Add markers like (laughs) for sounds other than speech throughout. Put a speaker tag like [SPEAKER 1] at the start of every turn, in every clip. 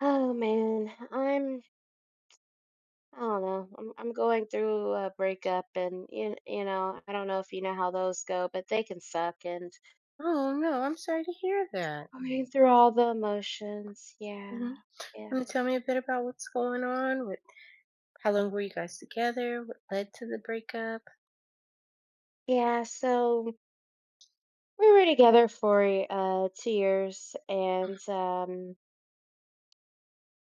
[SPEAKER 1] Oh man, I don't know. I'm going through a breakup and you know, I don't know if you know how those go, but they can suck and
[SPEAKER 2] Oh, no, I'm sorry to hear that.
[SPEAKER 1] I'm going through all the emotions. Yeah.
[SPEAKER 2] Mhm.
[SPEAKER 1] Yeah.
[SPEAKER 2] Wanna tell me a bit about what's going on? What How long were you guys together? What led to the breakup?
[SPEAKER 1] Yeah, so we were together for 2 years, and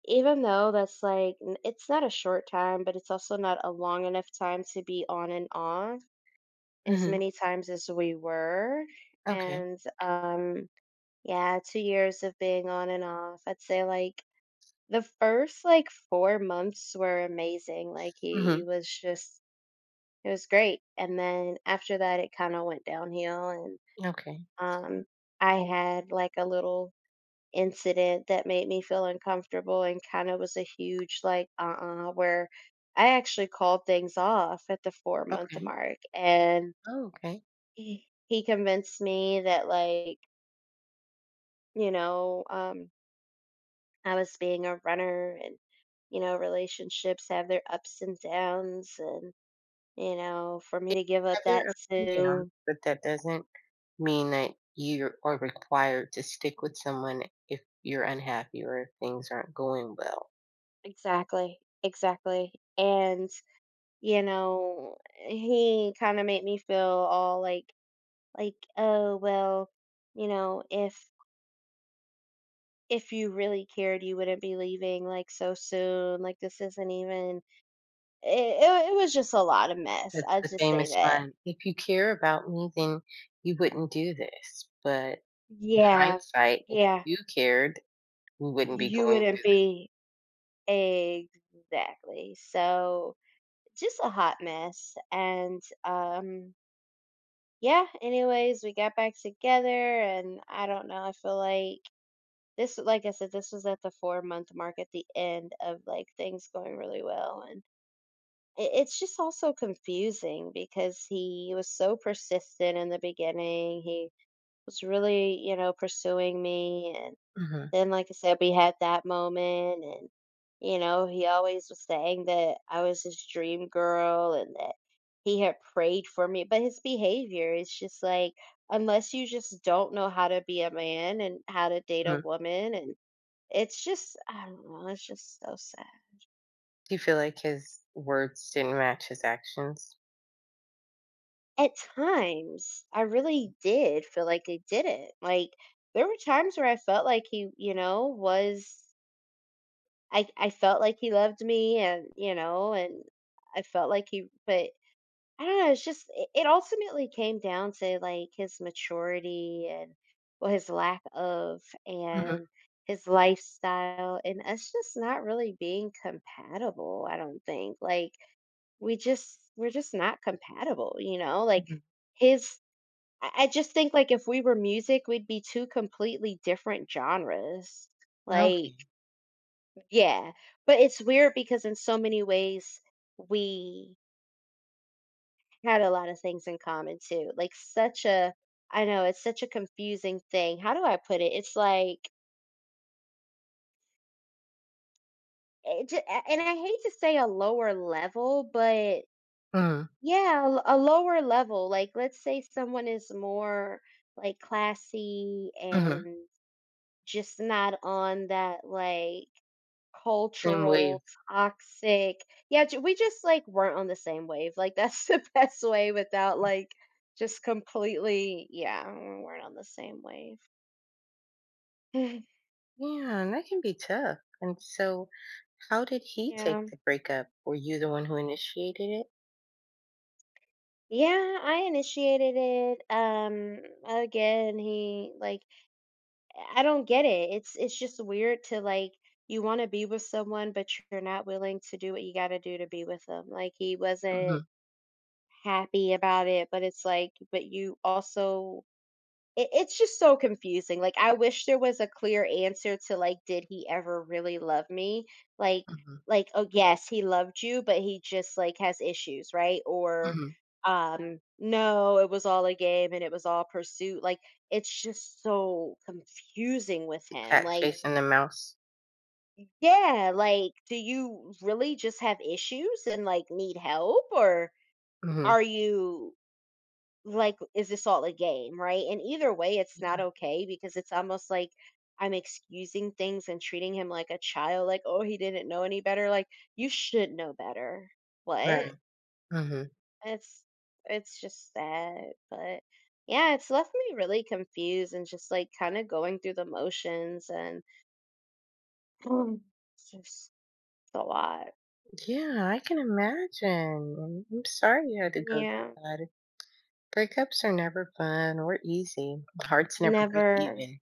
[SPEAKER 1] even though that's like it's not a short time, but it's also not a long enough time to be on and off as
[SPEAKER 2] Mhm.
[SPEAKER 1] many times as we were.
[SPEAKER 2] Okay.
[SPEAKER 1] And yeah, 2 years of being on and off. I'd say, like, the first, like, 4 months were amazing, like, he
[SPEAKER 2] Mhm.
[SPEAKER 1] was just it was great. And then after that, it kinda went downhill. And,
[SPEAKER 2] Okay.
[SPEAKER 1] um, I had, like, a little incident that made me feel uncomfortable and kinda was a huge, like, "Uh-uh," where I actually called things off at the four-month
[SPEAKER 2] Okay.
[SPEAKER 1] mark. And
[SPEAKER 2] Oh, okay.
[SPEAKER 1] he convinced me that, like, you know, I was being a runner, and you know, relationships have their ups and downs, and you know, for me
[SPEAKER 2] It
[SPEAKER 1] to give up that
[SPEAKER 2] Other ups and downs,
[SPEAKER 1] soon.
[SPEAKER 2] but that doesn't mean that you are required to stick with someone if you're unhappy or if things aren't going well.
[SPEAKER 1] Exactly. Exactly. And you know, he kind of made me feel all like oh well, you know, if you really cared, you wouldn't be leaving like so soon. Like this isn't even it was just a lot of mess.
[SPEAKER 2] That's the
[SPEAKER 1] I'd just say
[SPEAKER 2] famous
[SPEAKER 1] that.
[SPEAKER 2] line, "If you care about me, then you wouldn't do this." But in
[SPEAKER 1] Yeah.
[SPEAKER 2] hindsight, if
[SPEAKER 1] Yeah.
[SPEAKER 2] you cared we wouldn't be
[SPEAKER 1] You
[SPEAKER 2] going
[SPEAKER 1] wouldn't
[SPEAKER 2] through
[SPEAKER 1] be. Exactly. So just a hot mess. And yeah, anyways, we got back together, and I don't know, I feel like this, like I said, this was at the four-month mark at the end of like things going really well. And it's just also confusing because he was so persistent in the beginning. He was really, you know, pursuing me. And
[SPEAKER 2] Mhm,
[SPEAKER 1] then, like I said, we had that moment. And you know, he always was saying that I was his dream girl and that he had prayed for me. But his behavior is just like, unless you just don't know how to be a man and how to date a
[SPEAKER 2] mhm.
[SPEAKER 1] woman. And it's just, I don't know, it's just so sad.
[SPEAKER 2] Do you feel like his words didn't match his actions?
[SPEAKER 1] At times, I really did feel like I did it. Like, there were times where I felt like he, you know, was. I felt like he loved me, and, you know, and I felt like he, but I don't know, it's just it ultimately came down to like his maturity, and well his lack of,
[SPEAKER 2] Mhm,
[SPEAKER 1] and his lifestyle, and us just not really being compatible, I don't think. Like we're just not compatible, you know? Like
[SPEAKER 2] mhm.
[SPEAKER 1] his I just think like if we were music, we'd be two completely different genres. Like
[SPEAKER 2] Okay.
[SPEAKER 1] yeah, but it's weird because in so many ways we had a lot of things in common too. Like such a, I know it's such a confusing thing. How do I put it? It's like, and I hate to say a lower level, but
[SPEAKER 2] Mhm,
[SPEAKER 1] yeah, a lower level. Like let's say someone is more like classy
[SPEAKER 2] mhm.
[SPEAKER 1] and just not on that like
[SPEAKER 2] Same wave.
[SPEAKER 1] cultural, toxic. Yeah, ju we just, like, weren't on the same wave, like, that's the (laughs) best way without, like, just completely, yeah, we weren't on the same wave. (laughs)
[SPEAKER 2] Yeah, and that can be tough. And so how did he take
[SPEAKER 1] Yeah.
[SPEAKER 2] the breakup? Were you the one who initiated it?
[SPEAKER 1] Yeah, I initiated it. Again, he like, I don't get it, it's just weird to, like, you wanna be with someone, but you're not willing to do what you gotta do to be with them. Like, he wasn't
[SPEAKER 2] Mhm,
[SPEAKER 1] happy about it, but it's like, but you also. It's just so confusing, like, I wish there was a clear answer to, like, did he ever really love me? Like
[SPEAKER 2] mhm,
[SPEAKER 1] like, oh, yes, he loved you, but he just, like, has issues, right? Or,
[SPEAKER 2] mhm.
[SPEAKER 1] no, it was all a game and it was all pursuit. Like, it's just so confusing with
[SPEAKER 2] The
[SPEAKER 1] him,
[SPEAKER 2] cat
[SPEAKER 1] like
[SPEAKER 2] chasing the mouse?
[SPEAKER 1] yeah, like, do you really just have issues and, like, need help? Or
[SPEAKER 2] Mhm.
[SPEAKER 1] are you like, is this all a game, right? And either way, it's not okay because it's almost like I'm excusing things and treating him like a child, like, oh, he didn't know any better. Like, you should know better.
[SPEAKER 2] Right.
[SPEAKER 1] What?
[SPEAKER 2] Mhm.
[SPEAKER 1] It's it's just sad. But yeah, it's left me really confused and just like kind of going through the motions. And (sighs) (clears throat) it's just a lot.
[SPEAKER 2] Yeah, I can imagine. I'm sorry you had to go through
[SPEAKER 1] Yeah.
[SPEAKER 2] that. Breakups are never fun or easy. Hearts never break
[SPEAKER 1] Never.
[SPEAKER 2] even.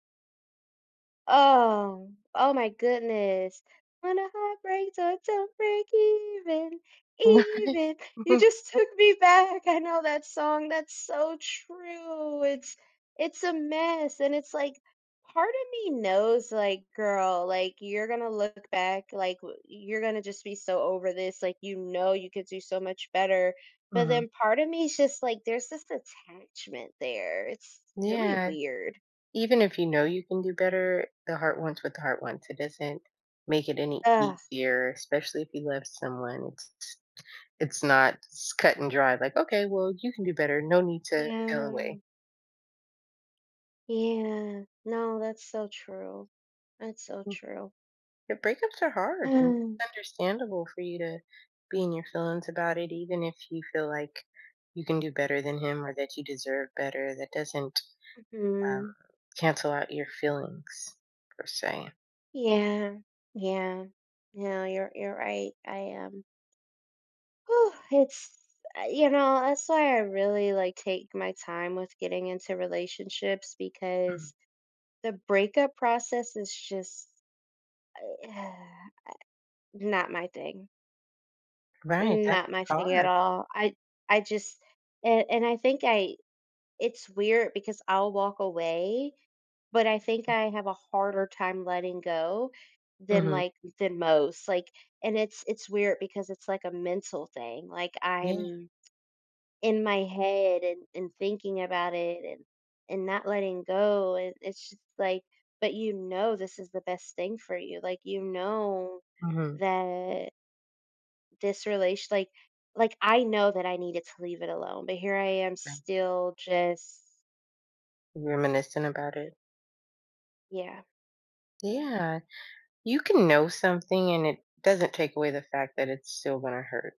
[SPEAKER 1] Oh, oh my goodness. When a heart breaks or don't break even,
[SPEAKER 2] (laughs)
[SPEAKER 1] even. You
[SPEAKER 2] Mhm.
[SPEAKER 1] just (laughs) took me back. I know that song. That's so true. It's a mess. And it's like part of me knows like, girl, like you're gonna look back, like you're gonna just be so over this. Like you know you could do so much better. But
[SPEAKER 2] Mhm.
[SPEAKER 1] then part of me is just like there's this attachment there. It's really
[SPEAKER 2] Yeah,
[SPEAKER 1] weird.
[SPEAKER 2] even if you know you can do better, the heart wants what the heart wants. It doesn't make it any
[SPEAKER 1] Ugh.
[SPEAKER 2] easier, especially if you love someone. It's not s cut and dry, like, "Okay, well, you can do better. No need to feel
[SPEAKER 1] Yeah.
[SPEAKER 2] away."
[SPEAKER 1] Yeah. No, that's so true. That's so
[SPEAKER 2] Mm,
[SPEAKER 1] true.
[SPEAKER 2] yeah, breakups are hard, and it's
[SPEAKER 1] (sighs)
[SPEAKER 2] understandable for you to be in your feelings about it, even if you feel like you can do better than him or that you deserve better. That doesn't um,
[SPEAKER 1] Mhm.
[SPEAKER 2] cancel out your feelings per se.
[SPEAKER 1] Yeah. Yeah. No, you're right. I am. Whew, it's you know, that's why I really like take my time with getting into relationships because the breakup process is just, uh, (sighs) not my thing.
[SPEAKER 2] Right, that's
[SPEAKER 1] Not my thing at
[SPEAKER 2] hard.
[SPEAKER 1] all. I just, and I think I, it's weird because I'll walk away. But I think I have a harder time letting go than,
[SPEAKER 2] Mhm.
[SPEAKER 1] like, than most. Like, and it's weird because it's like a mental thing, like,
[SPEAKER 2] Yeah,
[SPEAKER 1] I'm in my head, and thinking about it, and not letting go, and it's just like, but you know this is the best thing for you, like, you know
[SPEAKER 2] mhm.
[SPEAKER 1] that this relation like, I know that I needed to leave it alone, but here I am
[SPEAKER 2] Right.
[SPEAKER 1] still just.
[SPEAKER 2] Reminiscing about it.
[SPEAKER 1] Yeah, yeah,
[SPEAKER 2] Yeah. You can know something and it doesn't take away the fact that it's still gonna hurt.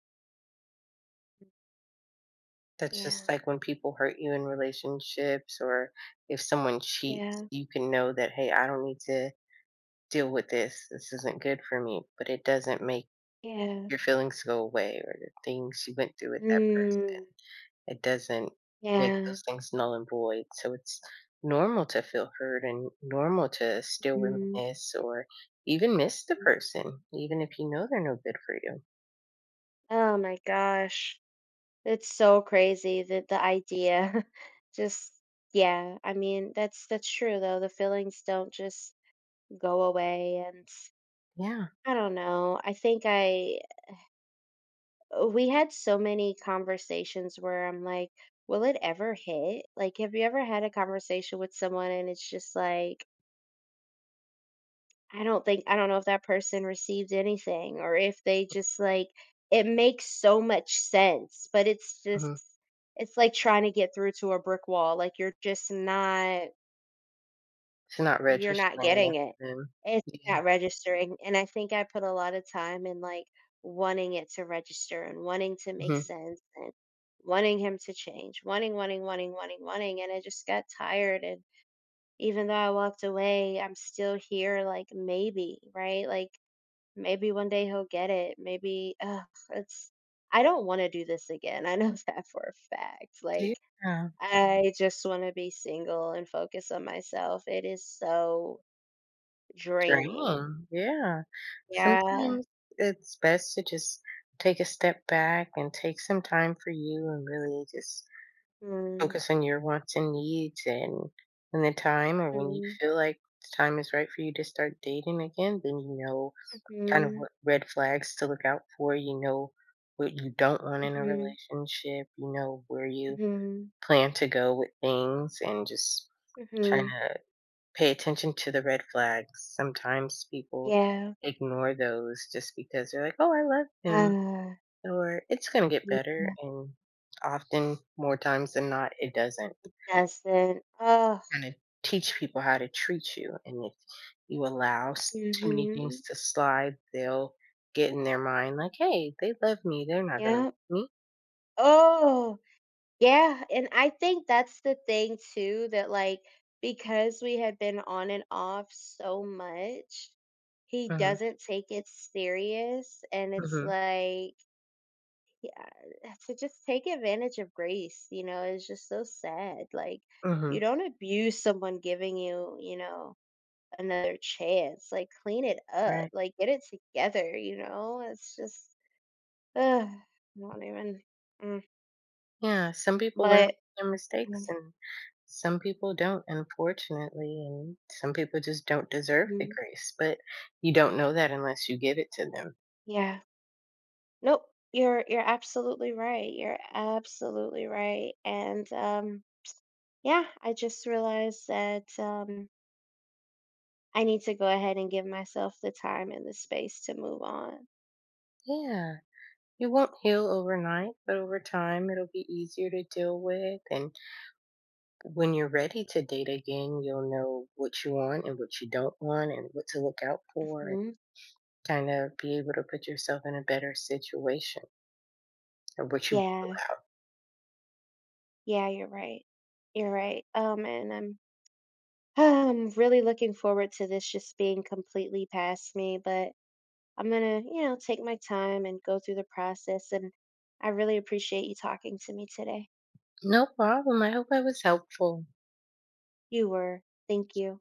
[SPEAKER 2] That's just
[SPEAKER 1] yeah,
[SPEAKER 2] like when people hurt you in relationships or if someone cheats,
[SPEAKER 1] yeah,
[SPEAKER 2] you can know that, "Hey, I don't need to deal with this. This isn't good for me," but it doesn't make
[SPEAKER 1] yeah.
[SPEAKER 2] your feelings go away or the things you went through with that person.
[SPEAKER 1] Mm,
[SPEAKER 2] It doesn't make
[SPEAKER 1] yeah.
[SPEAKER 2] those things null and void. So it's normal to feel hurt and normal to still
[SPEAKER 1] Mhm,
[SPEAKER 2] reminisce or even miss the
[SPEAKER 1] mm.
[SPEAKER 2] person, even if you know they're no good for you.
[SPEAKER 1] Oh my gosh. It's so crazy that the idea (laughs) just, yeah, I mean, that's true though. The feelings don't just go away. And
[SPEAKER 2] Yeah.
[SPEAKER 1] I don't know. I think I, we had so many conversations where I'm like, will it ever hit? Like, have you ever had a conversation with someone and it's just like I don't know if that person received anything, or if they just like, it makes so much sense, but it's just,
[SPEAKER 2] Mhm.
[SPEAKER 1] it's like trying to get through to a brick wall. Like you're just not,
[SPEAKER 2] It's not
[SPEAKER 1] you're not
[SPEAKER 2] registering enough
[SPEAKER 1] getting it.
[SPEAKER 2] for them.
[SPEAKER 1] It's
[SPEAKER 2] Yeah.
[SPEAKER 1] not registering. And I think I put a lot of time in like wanting it to register and wanting to make
[SPEAKER 2] Mhm.
[SPEAKER 1] sense and wanting him to change, wanting, wanting, wanting, wanting, wanting. And I just got tired. And even though I walked away, I'm still here, like maybe, right? Like maybe one day he'll get it. Maybe Ugh, it's I don't wanna do this again. I know (laughs) that for a fact. Like,
[SPEAKER 2] Yeah.
[SPEAKER 1] I just wanna be single and focus on myself. It is so draining.
[SPEAKER 2] Draining. Yeah.
[SPEAKER 1] Yeah.
[SPEAKER 2] Sometimes it's best to just take a step back and take some time for you and really just
[SPEAKER 1] Mm,
[SPEAKER 2] focus on your wants and needs, and when the time or when you
[SPEAKER 1] mhm,
[SPEAKER 2] feel like the time is right for you to start dating again, then you know kind of
[SPEAKER 1] mhm,
[SPEAKER 2] what red flags to look out for. You know what you don't want in a
[SPEAKER 1] mhm,
[SPEAKER 2] relationship. You know where you
[SPEAKER 1] mhm,
[SPEAKER 2] plan to go with things and just kind
[SPEAKER 1] mhm.
[SPEAKER 2] of pay attention to the red flags. Sometimes people
[SPEAKER 1] Yeah.
[SPEAKER 2] ignore those just because they're like, oh, I love him
[SPEAKER 1] Ah,
[SPEAKER 2] or it's going to get better.
[SPEAKER 1] yeah.
[SPEAKER 2] And often, more times than not, it doesn't
[SPEAKER 1] Doesn't. Oh.
[SPEAKER 2] kind of teach people how to treat you. And if you allow too many things
[SPEAKER 1] Mhm.
[SPEAKER 2] to slide, they'll get in their mind like, hey, they love me. They're not going to love
[SPEAKER 1] Yeah.
[SPEAKER 2] me.
[SPEAKER 1] Oh. Yeah, and I think that's the thing too, that like because we had been on and off so much, he
[SPEAKER 2] Mm-hmm,
[SPEAKER 1] doesn't take it serious, and it's
[SPEAKER 2] mm-hmm,
[SPEAKER 1] like yeah, to just take advantage of grace, you know, it's just so sad. Like
[SPEAKER 2] mm-hmm,
[SPEAKER 1] you don't abuse someone giving you, you know, another chance. Like clean it up.
[SPEAKER 2] right.
[SPEAKER 1] Like get it together, you know? It's just ugh, not even mm.
[SPEAKER 2] Yeah. Some people learn
[SPEAKER 1] But
[SPEAKER 2] from their mistakes
[SPEAKER 1] mm,
[SPEAKER 2] and some people don't, unfortunately. And some people just don't deserve the
[SPEAKER 1] mm,
[SPEAKER 2] grace. But you don't know that unless you give it to them.
[SPEAKER 1] yeah. Nope, you're absolutely right, you're absolutely right. And, yeah, I just realized that, I need to go ahead and give myself the time and the space to move on.
[SPEAKER 2] Yeah. You won't heal overnight, but over time it'll be easier to deal with, and when you're ready to date again, you'll know what you want and what you don't want and what to look out for and
[SPEAKER 1] Mhm.
[SPEAKER 2] kind of be able to put yourself in a better situation or what you
[SPEAKER 1] Yeah, yeah, you're right, you're right. And I'm (sighs) I'm really looking forward to this just being completely past me. But I'm gonna, you know, take my time and go through the process. And I really appreciate you talking to me today.
[SPEAKER 2] No problem. I hope I was helpful.
[SPEAKER 1] You were. Thank you.